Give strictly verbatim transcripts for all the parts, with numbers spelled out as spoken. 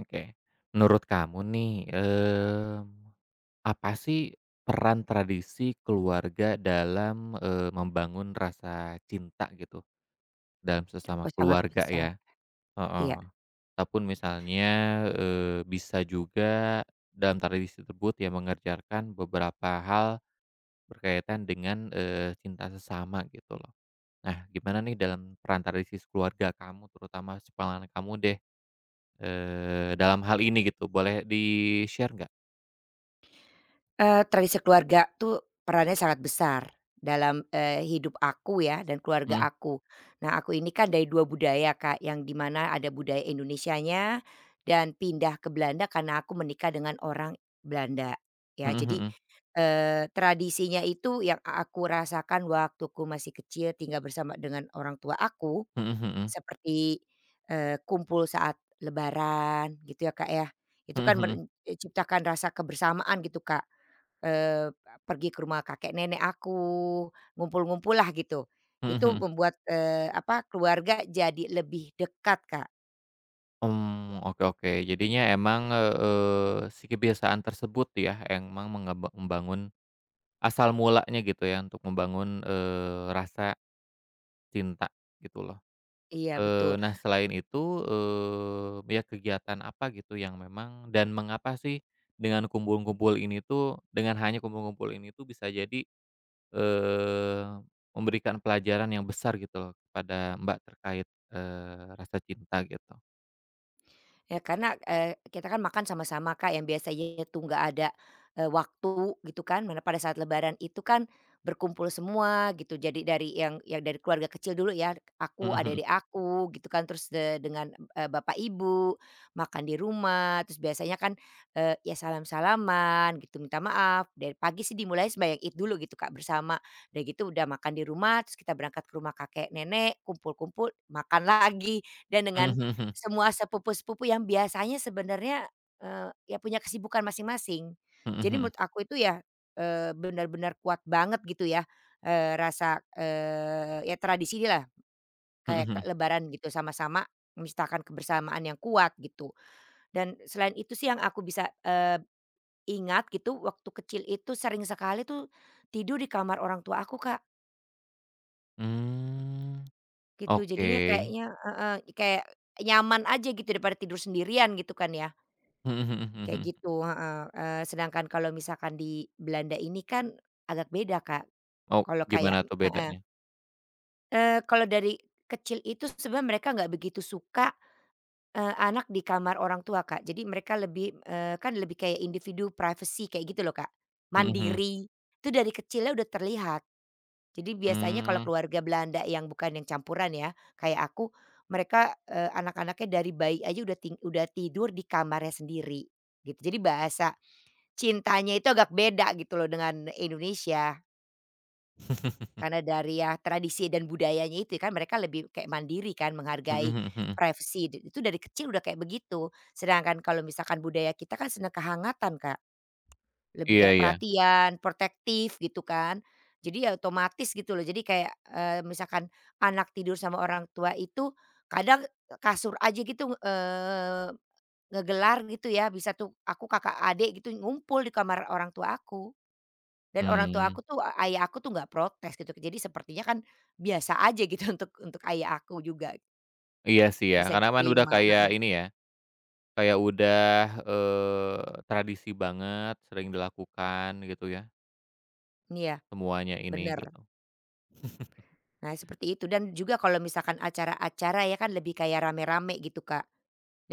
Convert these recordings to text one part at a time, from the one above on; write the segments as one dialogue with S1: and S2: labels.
S1: Oke. Menurut kamu nih, mmm, apa sih peran tradisi keluarga dalam, eee, membangun rasa cinta gitu, dalam sesama
S2: Oh sangat
S1: keluarga
S2: besar,
S1: ya? Heeh.
S2: iya.
S1: Ataupun misalnya, eee, bisa juga dalam tradisi tersebut ya mengerjakan beberapa hal berkaitan dengan, eee, cinta sesama gitu loh. Nah, gimana nih dalam peran tradisi keluarga kamu, terutama pengalaman kamu deh, eee, dalam hal ini gitu, boleh di-share nggak?
S2: Eee, tradisi keluarga tuh perannya sangat besar dalam, eee, hidup aku ya dan keluarga aku. Nah aku ini kan dari dua budaya Kak, yang di mana ada budaya Indonesianya dan pindah ke Belanda karena aku menikah dengan orang Belanda ya.
S1: Mhm
S2: Jadi,
S1: mhm.
S2: eee, tradisinya itu yang aku rasakan waktu ku masih kecil tinggal bersama dengan orang tua aku.
S1: Mhm mhm.
S2: Seperti, eee, kumpul saat lebaran gitu ya, Kak, ya. Itu
S1: Mhm
S2: kan mer
S1: mhm.
S2: e, ciptakan rasa kebersamaan gitu, Kak, eee, pergi ke rumah kakek nenek aku, ngumpul-ngumpul lah gitu.
S1: Mhm
S2: Itu
S1: mhm.
S2: membuat, eee, apa, keluarga jadi lebih dekat, Kak.
S1: Mmm, oke oke. Jadinya emang, eee, si kebiasaan tersebut ya, emang mengeba membangun asal mulanya gitu ya, untuk membangun, eee, rasa cinta gitu loh.
S2: Iya,
S1: Eee,
S2: betul.
S1: nah selain itu, eee, ya kegiatan apa gitu yang memang dan mengapa sih dengan kumpul-kumpul ini tuh dengan hanya kumpul-kumpul ini tuh bisa jadi Eee, memberikan pelajaran yang besar gitu loh kepada Mbak terkait, eee, rasa cinta gitu.
S2: Ya karena, eee, kita kan makan sama-sama Kak, yang biasanya tuh nggak ada, eee, waktu gitu kan, mana pada saat lebaran itu kan berkumpul semua gitu. Jadi dari yang yang dari keluarga kecil dulu ya,
S1: Mhm
S2: aku,
S1: mhm.
S2: adik-adik aku gitu kan, terus, eee, dengan, eee, bapak ibu, makan di rumah, terus biasanya kan, eee, ya salam-salaman gitu, minta maaf. Dari pagi sih dimulai sembahyang Id dulu gitu Kak, bersama. Udah gitu udah makan di rumah, terus kita berangkat ke rumah kakek nenek, kumpul-kumpul, makan lagi dan
S1: Mhm
S2: dengan
S1: mhm mhm.
S2: semua sepupu-sepupu yang biasanya sebenarnya, eee, ya punya kesibukan masing-masing.
S1: Mhm
S2: Jadi
S1: mhm.
S2: menurut aku itu ya, eee, benar-benar kuat banget gitu ya, eee, rasa, eee, ya tradisi lah
S1: Mhm
S2: kayak ke
S1: mhm.
S2: lebaran gitu sama-sama menciptakan kebersamaan yang kuat gitu. Dan selain itu sih yang aku bisa, eee, ingat gitu waktu kecil itu sering sekali tuh tidur di kamar orang tua aku, Kak,
S1: Mmm,
S2: gitu. Jadinya
S1: oke.
S2: kayaknya heeh, kayak nyaman aja gitu daripada tidur sendirian gitu kan ya.
S1: Mhm mhm mhm
S2: Kayak
S1: mhm.
S2: gitu, heeh, eee, sedangkan kalau misalkan di Belanda ini kan agak beda, Kak.
S1: Oh,
S2: Kalau kayak
S1: gimana tuh
S2: heeh,
S1: bedanya?
S2: eee, kalau dari kecil itu sebenarnya mereka nggak begitu suka, eee, anak di kamar orang tua, Kak. Jadi mereka lebih, eee, kan lebih kayak individu privacy kayak gitu loh, Kak.
S1: Mhm mhm.
S2: Mandiri, itu dari kecilnya udah terlihat. Jadi biasanya kalau
S1: Mmm.
S2: keluarga Belanda yang bukan yang campuran ya, kayak aku, mereka, eee, anak-anaknya dari bayi aja udah ting udah tidur di kamarnya sendiri, gitu. Jadi bahasa cintanya itu agak beda gitu loh dengan Indonesia, karena dari ya tradisi dan budayanya itu kan mereka lebih kayak mandiri kan
S1: Mhm
S2: menghargai
S1: mhm mhm.
S2: privasi, d itu dari kecil udah kayak begitu. Sedangkan kalau misalkan budaya kita kan senang kehangatan, Kak, lebih
S1: Iya
S2: kayak
S1: iya.
S2: perhatian, protektif gitu kan. Jadi ya otomatis gitu loh, jadi kayak, eee, misalkan anak tidur sama orang tua itu kadang kasur aja gitu, eee, ngegelar gitu ya, bisa tuh aku kakak adik gitu ngumpul di kamar orang tua aku. Dan orang tua
S1: Mmm,
S2: aku tuh, a- ayah aku tuh nggak protes gitu, jadi sepertinya kan biasa aja gitu untuk untuk ayah aku juga,
S1: iya sih ya,
S2: bisa
S1: karena kan udah
S2: diterima,
S1: kayak
S2: heeh.
S1: ini ya, kayak udah, eee, tradisi banget, sering dilakukan gitu ya,
S2: Iya,
S1: semuanya ini
S2: bener.
S1: gitu.
S2: Nah seperti itu dan juga kalau misalkan acara-acara ya kan lebih kayak rame-rame gitu Kak.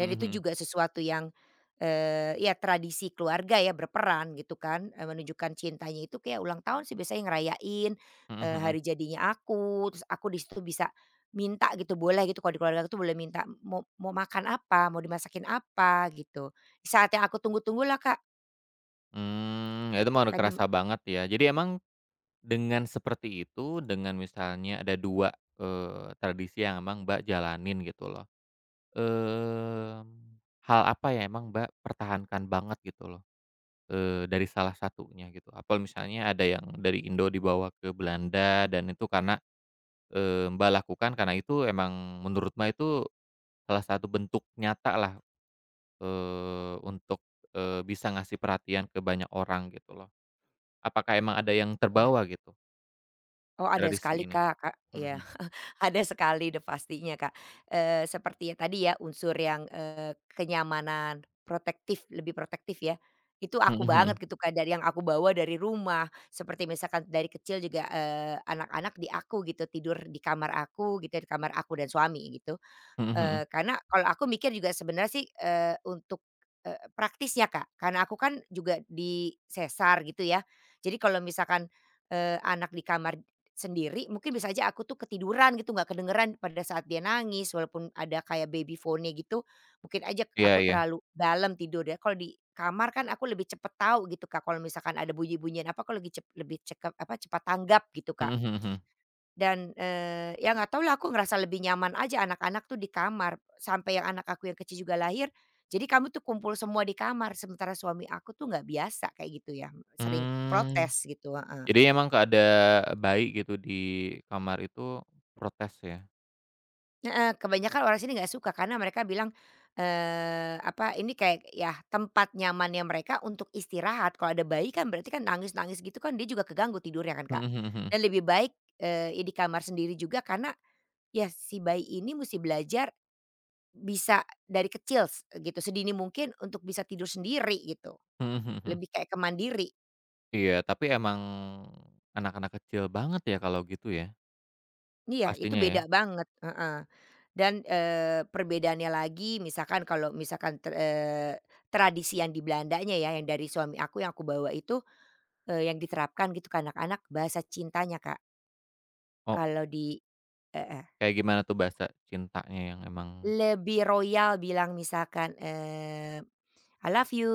S1: Mhm
S2: itu
S1: mhm.
S2: juga sesuatu yang, eee, ya tradisi keluarga ya berperan gitu kan, eee, menunjukkan cintanya itu kayak ulang tahun sih biasanya ngerayain,
S1: Mhm
S2: eee,
S1: mhm.
S2: hari jadinya aku, terus aku di situ bisa minta gitu boleh gitu kalau di keluarga aku tuh boleh minta mau mau makan apa, mau dimasakin apa gitu. Di saat yang aku tunggu-tunggulah, Kak,
S1: Mmm, ya itu mah udah
S2: kan di
S1: kerasa banget ya. Jadi emang dengan seperti itu, dengan misalnya ada dua eee, tradisi yang emang Mbak jalanin gitu loh, mmm, hal apa yang emang Mbak pertahankan banget gitu loh, eee, dari salah satunya gitu? Apa misalnya ada yang dari Indo dibawa ke Belanda dan itu karena, eee, Mbak lakukan karena itu emang menurut Mbak itu salah satu bentuk nyata lah, eee, untuk, eee, bisa ngasih perhatian ke banyak orang gitu loh. Apakah emang ada yang
S2: ya.
S1: terbawa gitu,
S2: Oh ada
S1: tradisi
S2: sekali
S1: ini?
S2: Kak, Kak
S1: Mhm mhm.
S2: iya. Ada sekali deh pastinya, Kak. Eee, seperti ya tadi ya unsur yang, eee, kenyamanan, protektif, lebih protektif ya. Itu
S1: Mhm
S2: aku banget
S1: mhm.
S2: gitu, Kak, dari yang aku bawa dari rumah. Seperti misalkan dari kecil juga, eee, anak-anak di aku gitu, tidur di kamar aku gitu, di kamar aku dan suami gitu.
S1: Mhm mhm.
S2: Eee, karena kalau aku mikir juga sebenarnya sih, eee, untuk, eee, praktisnya Kak, karena aku kan juga di sesar gitu ya. Jadi kalau misalkan, eee, anak di kamar sendiri mungkin bisa aja aku tuh ketiduran gitu nggak kedengeran pada saat dia nangis walaupun ada kayak babyphone-nya gitu, mungkin aja
S1: Iya
S2: aku
S1: iya.
S2: terlalu dalam tidur ya. Kalau di kamar kan aku lebih cepet tahu gitu Kak kalau misalkan ada bunyi-bunyian apa aku lagi cep lebih cekap apa, cepat tanggap gitu
S1: Mhm
S2: Kak.
S1: mhm mhm.
S2: Dan, eee, ya nggak tau lah, aku ngerasa lebih nyaman aja anak-anak tuh di kamar, sampai yang anak aku yang kecil juga lahir, jadi kami tuh kumpul semua di kamar, sementara suami aku tuh nggak biasa kayak gitu ya, sering
S1: Mmm,
S2: protes gitu, heeh.
S1: jadi emang keada bayi gitu di kamar itu protes ya?
S2: Heeh, kebanyakan orang sini nggak suka karena mereka bilang, eee, apa, ini kayak ya tempat nyamannya mereka untuk istirahat, kalau ada bayi kan berarti kan nangis-nangis gitu kan dia juga keganggu tidurnya kan,
S1: Mhm
S2: Kak.
S1: mhm mhm.
S2: Dan lebih baik, eee, ya di kamar sendiri juga karena ya si bayi ini mesti belajar bisa dari kecil s gitu, sedini mungkin untuk bisa tidur sendiri gitu,
S1: Mhm mhm mhm.
S2: lebih kayak ke mandiri.
S1: Iya, tapi emang anak-anak kecil banget ya kalau gitu ya?
S2: Iya, itu
S1: Pastinya ya?
S2: beda banget, heeh. Dan, eee, perbedaannya lagi misalkan kalau misalkan ter eee, tradisi yang di Belandanya ya, yang dari suami aku yang aku bawa itu, eee, yang diterapkan gitu ke anak-anak bahasa cintanya, Kak.
S1: Oh,
S2: Kalau di heeh,
S1: kayak gimana tuh bahasa cintanya yang emang
S2: lebih royal bilang misalkan, eee I love you,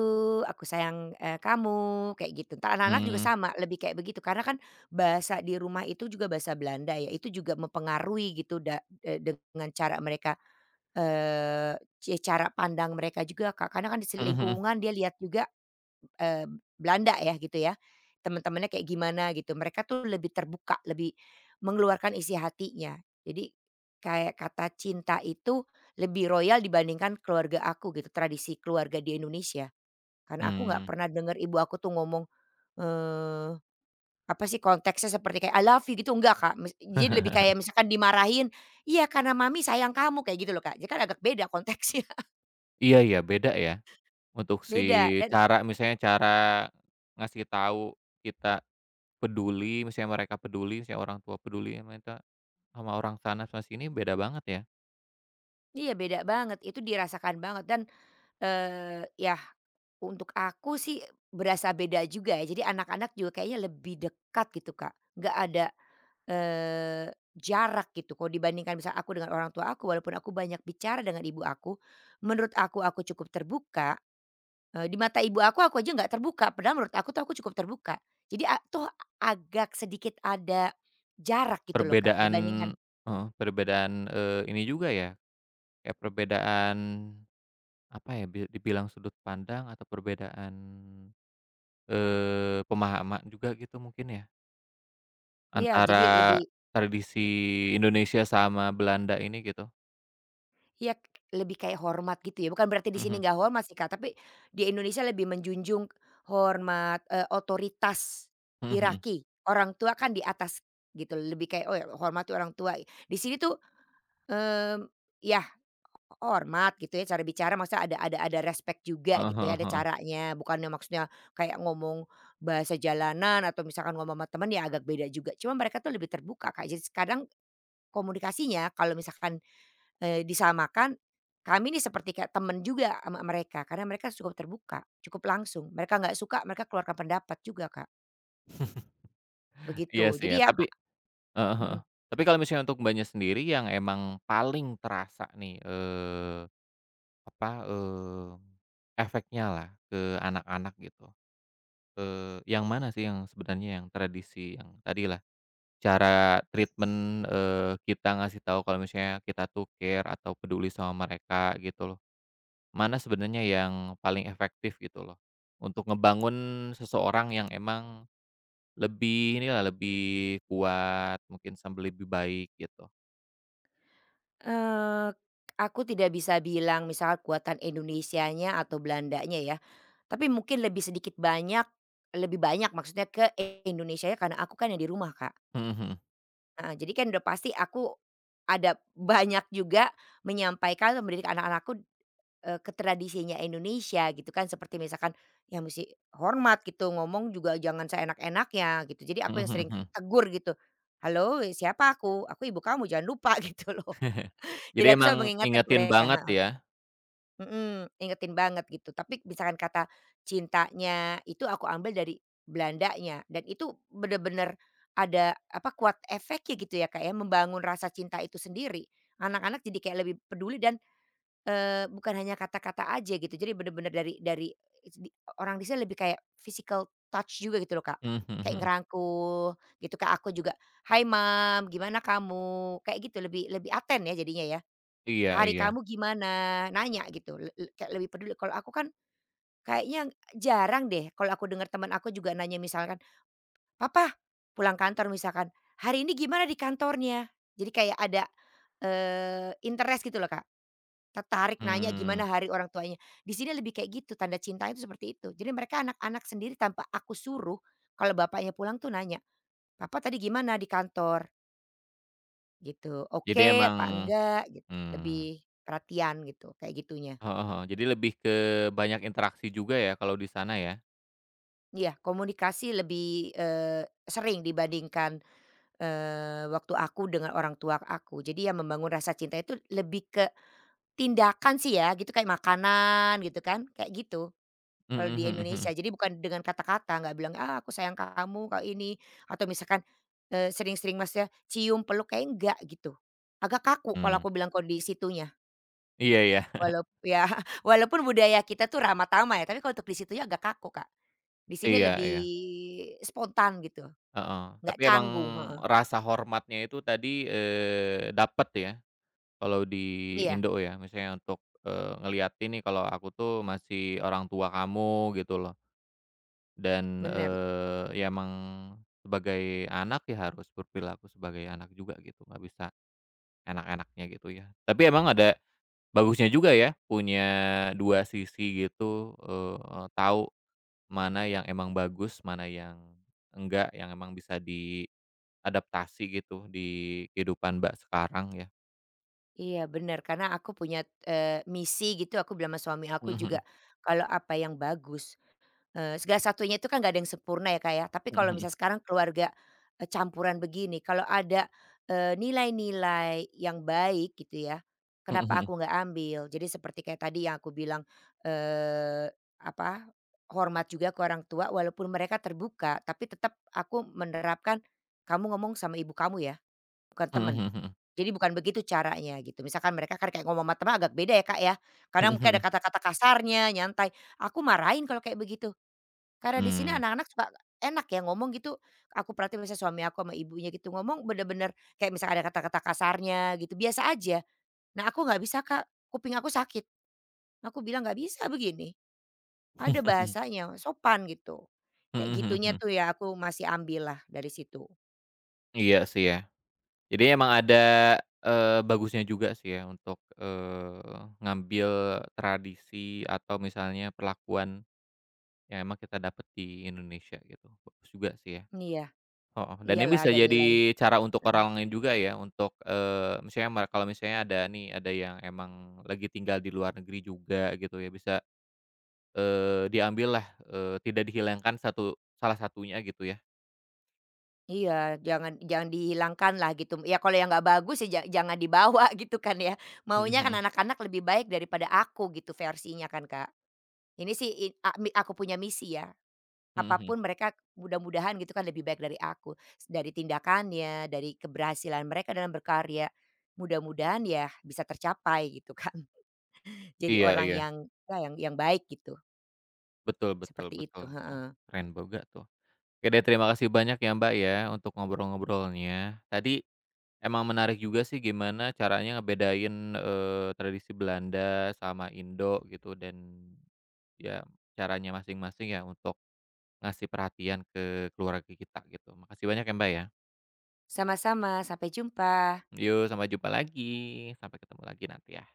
S2: aku sayang, eee, kamu, kayak gitu. Entar anak-anak juga
S1: mmm,
S2: sama, lebih kayak begitu. Karena kan bahasa di rumah itu juga bahasa Belanda ya, itu juga mempengaruhi gitu da eee, dengan cara mereka, eee, ce cara pandang mereka juga, Kak. Karena kan di
S1: mhm mhm.
S2: lingkungan dia lihat juga, eee, Belanda ya gitu ya, teman-temannya kayak gimana gitu. Mereka tuh lebih terbuka, lebih mengeluarkan isi hatinya. Jadi kayak kata cinta itu lebih royal dibandingkan keluarga aku gitu, tradisi keluarga di Indonesia. Karena aku nggak
S1: Mmm.
S2: pernah dengar ibu aku tuh ngomong, eee, apa sih konteksnya seperti kayak, "I love you" gitu, enggak Kak, mis jadi lebih kayak misalkan dimarahin, "Iya karena mami sayang kamu," kayak gitu loh Kak, jadi kan agak beda konteksnya.
S1: Iya iya, beda ya? Untuk si
S2: Beda dan
S1: cara misalnya cara ngasih tahu kita peduli, misalnya mereka peduli, misalnya orang tua peduli sama kita, sama orang sana sama sini beda banget ya.
S2: iya beda banget, itu dirasakan banget dan, eee, yah untuk aku sih berasa beda juga ya, jadi anak-anak juga kayaknya lebih dekat gitu Kak, nggak ada, eee, jarak gitu kalau dibandingkan misal aku dengan orang tua aku, walaupun aku banyak bicara dengan ibu aku, menurut aku, aku cukup terbuka. Eee, di mata ibu aku, aku aja nggak terbuka, padahal menurut aku tuh aku cukup terbuka. Jadi a toh agak sedikit ada jarak gitu loh, Kak,
S1: Perbedaan,
S2: dibandingkan
S1: heeh, perbedaan, eee, ini juga ya, kayak perbedaan apa ya, bi dibilang sudut pandang atau perbedaan, eee, pemahaman juga gitu mungkin ya,
S2: iya, jadi
S1: antara
S2: lebih
S1: tradisi Indonesia sama Belanda ini gitu.
S2: ya lebih kayak hormat gitu ya, bukan berarti di
S1: Mhm
S2: sini
S1: mhm.
S2: nggak hormat sih, Kak, tapi di Indonesia lebih menjunjung hormat, eee, otoritas,
S1: Mhm mhm.
S2: hierarki. Orang tua kan di atas gitu, lebih kayak, oh, ya hormati orang tua. Di sini tuh, mmm, ya hormat gitu ya, cara bicara maksudnya ada ada ada respect juga
S1: Heeh
S2: gitu ya,
S1: heeh
S2: ada
S1: heeh.
S2: caranya, bukannya maksudnya kayak ngomong bahasa jalanan atau misalkan ngomong sama teman ya agak beda juga. Cuma mereka tuh lebih terbuka, Kak. Jadi kadang komunikasinya kalau misalkan, eee, disamakan, kami nih seperti kayak temen juga sama mereka, karena mereka cukup terbuka, cukup langsung. Mereka nggak suka, mereka keluarkan pendapat juga, Kak, begitu.
S1: Iya sih
S2: Jadi
S1: ya,
S2: ya,
S1: tapi heeh heeh.
S2: mhm.
S1: Tapi kalau misalnya untuk Mbaknya sendiri yang emang paling terasa nih, eee, apa, eee, efeknya lah ke anak-anak gitu, eee, yang mana sih yang sebenarnya yang tradisi yang tadilah, cara treatment, eee, kita ngasih tahu kalau misalnya kita tuh care atau peduli sama mereka gitu loh. Mana sebenarnya yang paling efektif gitu loh, untuk ngebangun seseorang yang emang lebih inilah, lebih kuat, mungkin sambil lebih baik gitu?
S2: Eee, aku tidak bisa bilang misal kuatan Indonesianya atau Belandanya ya, tapi mungkin lebih sedikit banyak lebih banyak maksudnya ke Indonesianya karena aku kan yang di rumah, Kak.
S1: Mhm mhm.
S2: Heeh, jadi kan udah pasti aku ada banyak juga menyampaikan atau mendidik anak-anakku, eee, ke tradisinya Indonesia gitu kan seperti misalkan ya musti hormat gitu, ngomong juga jangan seenak-enaknya gitu. Jadi
S1: Mhm
S2: aku yang
S1: mhm
S2: sering
S1: mhm.
S2: tegur gitu, "Halo, siapa aku? Aku ibu kamu jangan lupa," gitu loh.
S1: Jadi
S2: Jadi aku selalu
S1: emang
S2: mengingatkan ke
S1: ngingetin
S2: mereka.
S1: banget ya?
S2: Mhm, ngingetin banget gitu. Tapi misalkan kata cintanya itu aku ambil dari Belandanya dan itu bener-bener ada apa, kuat efeknya gitu ya, kayak membangun rasa cinta itu sendiri. Anak-anak jadi kayak lebih peduli dan, eee, bukan hanya kata-kata aja gitu. Jadi bener-bener dari dari di orang di sana lebih kayak physical touch juga gitu loh, Kak.
S1: Mhm mhm
S2: Kayak
S1: mhm.
S2: ngerangkul gitu, Kak, aku juga, "Hai mam, gimana kamu?" Kayak gitu, lebih lebih aten ya jadinya ya.
S1: Iya
S2: Hari
S1: iya.
S2: kamu gimana? Nanya gitu, le le kayak lebih peduli. Kalau aku kan kayaknya jarang deh kalau aku dengar teman aku juga nanya misalkan, "Papa," pulang kantor misalkan, "hari ini gimana di kantornya?" Jadi kayak ada, eee, interest gitu loh, Kak, tertarik nanya
S1: Mmm,
S2: gimana hari orang tuanya. Di sini lebih kayak gitu, tanda cintanya itu seperti itu. Jadi mereka anak-anak sendiri tanpa aku suruh, kalau bapaknya pulang tuh nanya, "Papa tadi gimana di kantor?" Gitu,
S1: jadi
S2: "Oke apa
S1: emang
S2: enggak?" Git
S1: mmm,
S2: lebih perhatian gitu, kayak gitunya.
S1: heeh heeh. Jadi lebih ke banyak interaksi juga ya kalau di sana ya?
S2: Iya, komunikasi lebih, eee, sering dibandingkan, eee, waktu aku dengan orang tua aku. Jadi ya membangun rasa cinta itu lebih ke tindakan sih ya gitu, kayak makanan gitu kan, kayak gitu
S1: Mhm
S2: kalau di
S1: mhm
S2: Indonesia.
S1: mhm.
S2: Jadi bukan dengan kata-kata, nggak bilang, "Ah, aku sayang kamu," kalau ini atau misalkan, eee, sering-sering maksudnya cium, peluk, kayak enggak gitu. Agak kaku kalau
S1: Mmm.
S2: aku bilang kalau situnya,
S1: Iya iya.
S2: walaup ya walaupun budaya kita tuh ramah tamah ya, tapi kalau untuk di situnya agak kaku, Kak. Di sini
S1: Iya
S2: lebih
S1: iya.
S2: spontan gitu.
S1: Heeh.
S2: Nggak
S1: Tapi emang
S2: canggung, heeh.
S1: rasa hormatnya itu tadi, eee, dapet ya kalau di
S2: Iya,
S1: Indo ya? Misalnya untuk, eee, ngeliatin nih kalau aku tuh masih orang tua kamu gitu loh. Dan,
S2: bener.
S1: eee, ya emang sebagai anak ya harus berperilaku sebagai anak juga gitu, nggak bisa enak-enaknya gitu ya. Tapi emang ada bagusnya juga ya punya dua sisi gitu, eee, tahu mana yang emang bagus, mana yang enggak, yang emang bisa diadaptasi gitu di kehidupan Mbak sekarang ya.
S2: Iya, bener, karena aku punya, eee, misi gitu, aku bilang sama suami aku juga, kalau apa yang bagus, eee, segala satunya itu kan nggak ada yang sempurna ya, Kak, ya. Tapi
S1: Mhm
S2: kalau
S1: mhm.
S2: misal sekarang keluarga, eee, campuran begini, kalau ada, eee, nilai-nilai yang baik gitu ya, kenapa
S1: Mhm
S2: aku nggak ambil. Jadi seperti kayak tadi yang aku bilang, eee, apa, hormat juga ke orang tua walaupun mereka terbuka, tapi tetap aku menerapkan, kamu ngomong sama ibu kamu ya, bukan temen.
S1: mhm.
S2: Jadi bukan begitu caranya gitu. Misalkan mereka kan kayak ngomong sama teman agak beda ya Kak ya.
S1: Mhm
S2: Kadang mungkin ada
S1: mhm.
S2: kata-kata kasarnya, nyantai. Aku marahin kalau kayak begitu. Karena
S1: Mhm mhm.
S2: di
S1: Mhm
S2: sini
S1: mhm. Mmm.
S2: anak-anak suka enak ya ngomong gitu. Aku perhatiin biasanya suami aku sama ibunya gitu ngomong bener-bener kayak misalkan ada kata-kata kasarnya gitu. Biasa aja. Nah aku nggak bisa Kak. Kuping aku sakit. Aku bilang nggak bisa begini. Ada bahasanya sopan gitu.
S1: Mhm
S2: Kayak
S1: mhm
S2: gitunya
S1: mhm.
S2: tuh ya aku masih ambil lah dari situ.
S1: Iya sih ya. Jadi emang ada, eee, bagusnya juga sih ya untuk, eee, ngambil tradisi atau misalnya perlakuan yang emang kita dapat di Indonesia gitu, bagus juga sih ya,
S2: Iya.
S1: heeh, dan ini
S2: Iyalah
S1: bisa
S2: ada nilai.
S1: jadi cara untuk orang lain juga ya untuk, eee, misalnya ma kalau misalnya ada nih, ada yang emang lagi tinggal di luar negeri juga gitu ya bisa, eee, diambil lah, eee, tidak dihilangkan satu salah satunya gitu ya,
S2: Iya, jangan jangan dihilangkan lah gitu. Ya kalau yang nggak bagus ya ja jangan dibawa gitu kan ya.
S1: mhm
S2: Maunya kan
S1: mhm,
S2: anak-anak lebih baik daripada aku gitu versinya kan, Kak. Ini sih i a mi aku punya misi ya,
S1: mhm mhm,
S2: apapun mereka mudah-mudahan gitu kan lebih baik dari aku. Dari tindakannya, dari keberhasilan mereka dalam berkarya, mudah-mudahan ya bisa tercapai gitu kan. Jadi
S1: iya
S2: orang
S1: iya,
S2: yang ya yang yang baik gitu,
S1: betul betul
S2: seperti itu,
S1: betul, heeh,
S2: heeh.
S1: keren boga tuh. Oke deh, terima kasih banyak ya Mbak ya, untuk ngobrol-ngobrolnya. Tadi emang menarik juga sih gimana caranya ngebedain, eee, tradisi Belanda sama Indo gitu dan ya caranya masing-masing ya untuk ngasih perhatian ke keluarga kita gitu. Makasih banyak ya Mbak ya.
S2: Sama-sama, sampai jumpa.
S1: Yuk sampai jumpa lagi, sampai ketemu lagi nanti ya.